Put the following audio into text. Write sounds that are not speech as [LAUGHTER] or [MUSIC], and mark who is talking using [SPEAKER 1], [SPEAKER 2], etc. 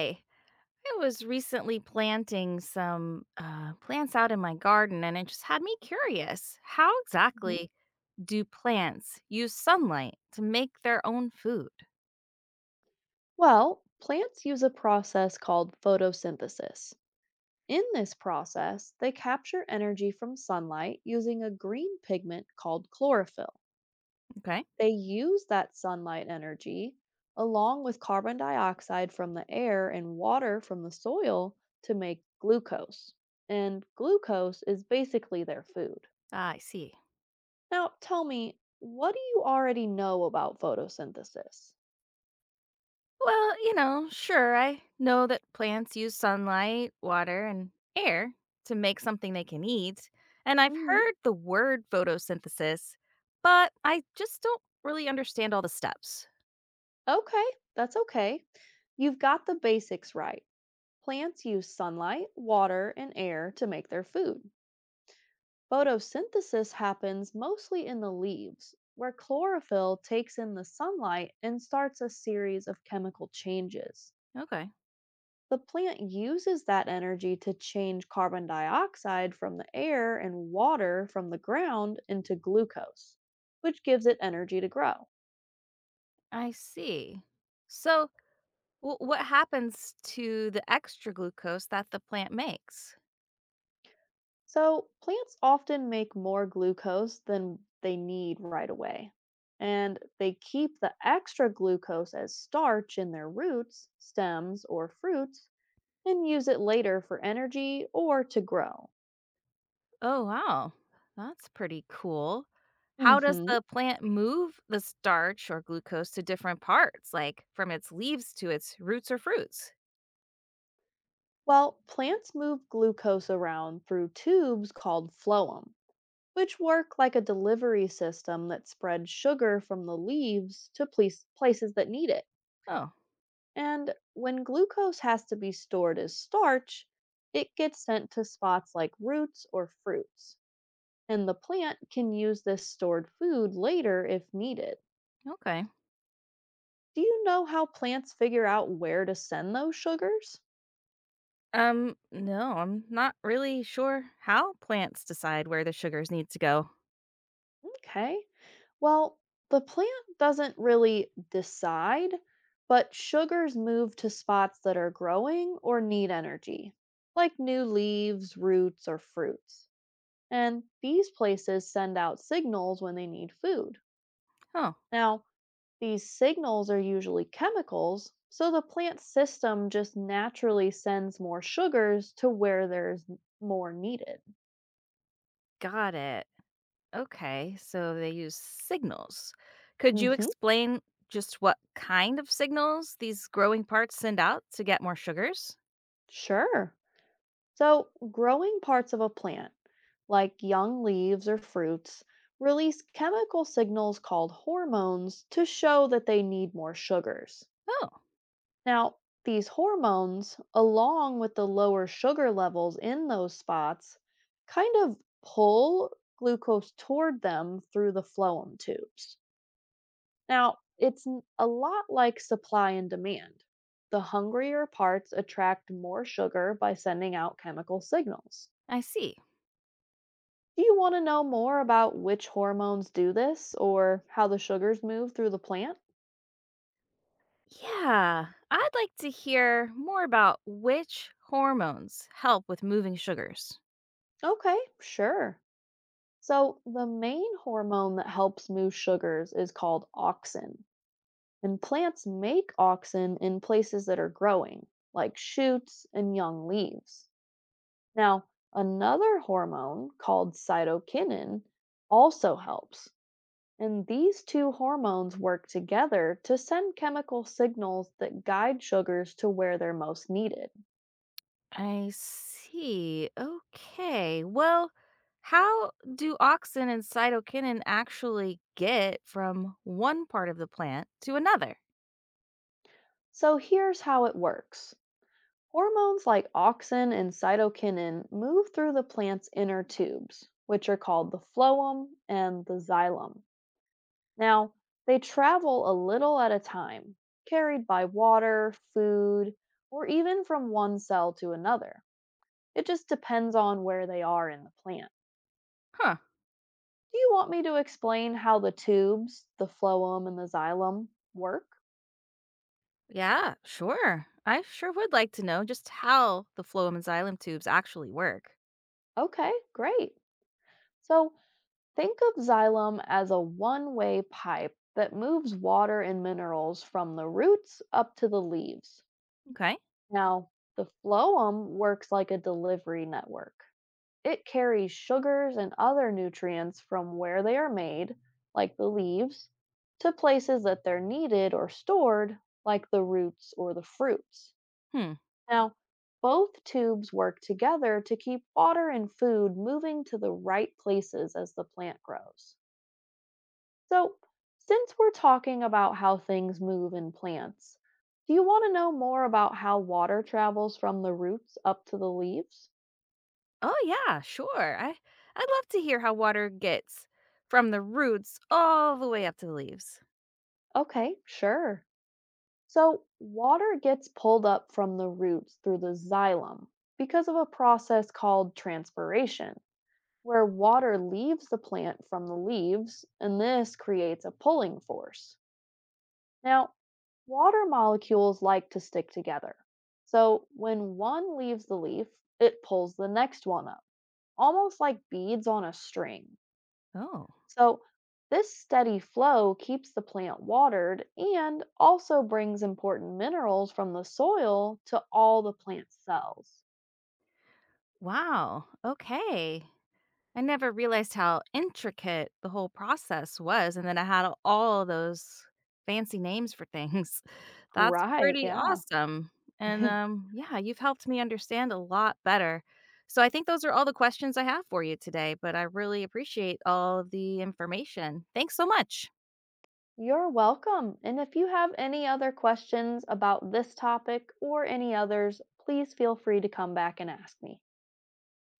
[SPEAKER 1] Hey, I was recently planting some plants out in my garden, and it just had me curious. How
[SPEAKER 2] Mhm.
[SPEAKER 1] exactly do plants use sunlight to make their own food?
[SPEAKER 2] Well, plants use a process called photosynthesis. In this process, they capture energy from sunlight using a green pigment called chlorophyll.
[SPEAKER 1] Okay.
[SPEAKER 2] They use that sunlight energy, along with carbon dioxide from the air and water from the soil, to make glucose. And glucose is basically their food.
[SPEAKER 1] Ah, I see.
[SPEAKER 2] Now, tell me, what do you already know about photosynthesis?
[SPEAKER 1] Well, sure, I know that plants use sunlight, water, and air to make something they can eat. And I've heard the word photosynthesis, but I just don't really understand all the steps.
[SPEAKER 2] Okay, that's okay. You've got the basics right. Plants use sunlight, water, and air to make their food. Photosynthesis happens mostly in the leaves, where chlorophyll takes in the sunlight and starts a series of chemical changes.
[SPEAKER 1] Okay.
[SPEAKER 2] The plant uses that energy to change carbon dioxide from the air and water from the ground into glucose, which gives it energy to grow.
[SPEAKER 1] I see. So, Well, what happens to the extra glucose that the plant makes?
[SPEAKER 2] So, plants often make more glucose than they need right away. And they keep the extra glucose as starch in their roots, stems, or fruits and use it later for energy or to grow.
[SPEAKER 1] Oh, wow. That's pretty cool. How does
[SPEAKER 2] Mhm.
[SPEAKER 1] the plant move the starch or glucose to different parts, like from its leaves to its roots or fruits?
[SPEAKER 2] Well, plants move glucose around through tubes called phloem, which work like a delivery system that spreads sugar from the leaves to places that need it.
[SPEAKER 1] Oh,
[SPEAKER 2] And when glucose has to be stored as starch, it gets sent to spots like roots or fruits. And the plant can use this stored food later if needed.
[SPEAKER 1] okay.
[SPEAKER 2] Do you know how plants figure out where to send those sugars?
[SPEAKER 1] No, I'm not really sure how plants decide where the sugars need to go.
[SPEAKER 2] Okay. Well, the plant doesn't really decide, but sugars move to spots that are growing or need energy, like new leaves, roots, or fruits, and these places send out signals when they need food.
[SPEAKER 1] Oh,
[SPEAKER 2] Now, these signals are usually chemicals, so the plant system just naturally sends more sugars to where there's more needed.
[SPEAKER 1] got it. Okay, so they use signals. Could you
[SPEAKER 2] Mhm.
[SPEAKER 1] explain just what kind of signals these growing parts send out to get more sugars?
[SPEAKER 2] Sure. So, growing parts of a plant, like young leaves or fruits, release chemical signals called hormones to show that they need more sugars.
[SPEAKER 1] Oh,
[SPEAKER 2] Now, these hormones, along with the lower sugar levels in those spots, kind of pull glucose toward them through the phloem tubes. Now, it's a lot like supply and demand. The hungrier parts attract more sugar by sending out chemical signals.
[SPEAKER 1] I see.
[SPEAKER 2] Do you want to know more about which hormones do this or how the sugars move through the plant?
[SPEAKER 1] Yeah, I'd like to hear more about which hormones help with moving sugars.
[SPEAKER 2] Okay, sure. So, the main hormone that helps move sugars is called auxin. And plants make auxin in places that are growing, like shoots and young leaves. Now, another hormone called cytokinin also helps. And these two hormones work together to send chemical signals that guide sugars to where they're most needed.
[SPEAKER 1] I see. Okay, well, how do auxin and cytokinin actually get from one part of the plant to another?
[SPEAKER 2] So, here's how it works. Hormones like auxin and cytokinin move through the plant's inner tubes, which are called the phloem and the xylem. Now, they travel a little at a time, carried by water, food, or even from one cell to another. It just depends on where they are in the plant.
[SPEAKER 1] Huh.
[SPEAKER 2] Do you want me to explain how the tubes, the phloem and the xylem, work?
[SPEAKER 1] Yeah, sure. I sure would like to know just how the phloem and xylem tubes actually work.
[SPEAKER 2] Okay, great. So, think of xylem as a one way pipe that moves water and minerals from the roots up to the leaves.
[SPEAKER 1] Okay.
[SPEAKER 2] Now, the phloem works like a delivery network. It carries sugars and other nutrients from where they are made, like the leaves, to places that they're needed or stored, like the roots or the fruits.
[SPEAKER 1] Hmm.
[SPEAKER 2] Now, both tubes work together to keep water and food moving to the right places as the plant grows. So, since we're talking about how things move in plants, do you want to know more about how water travels from the roots up to the leaves?
[SPEAKER 1] Oh yeah, sure. I'd love to hear how water gets from the roots all the way up to the leaves.
[SPEAKER 2] Okay, sure. So, water gets pulled up from the roots through the xylem because of a process called transpiration, where water leaves the plant from the leaves, and this creates a pulling force. Now, water molecules like to stick together. So when one leaves the leaf, it pulls the next one up, almost like beads on a string.
[SPEAKER 1] Oh,
[SPEAKER 2] So this steady flow keeps the plant watered and also brings important minerals from the soil to all the plant cells.
[SPEAKER 1] wow. Okay. I never realized how intricate the whole process was, and then I had all those fancy names for things. [LAUGHS] That's
[SPEAKER 2] Right,
[SPEAKER 1] pretty
[SPEAKER 2] yeah.
[SPEAKER 1] awesome. And,
[SPEAKER 2] [LAUGHS]
[SPEAKER 1] yeah, you've helped me understand a lot better. So I think those are all the questions I have for you today, but I really appreciate all of the information. Thanks so much.
[SPEAKER 2] You're welcome. And if you have any other questions about this topic or any others, please feel free to come back and ask me.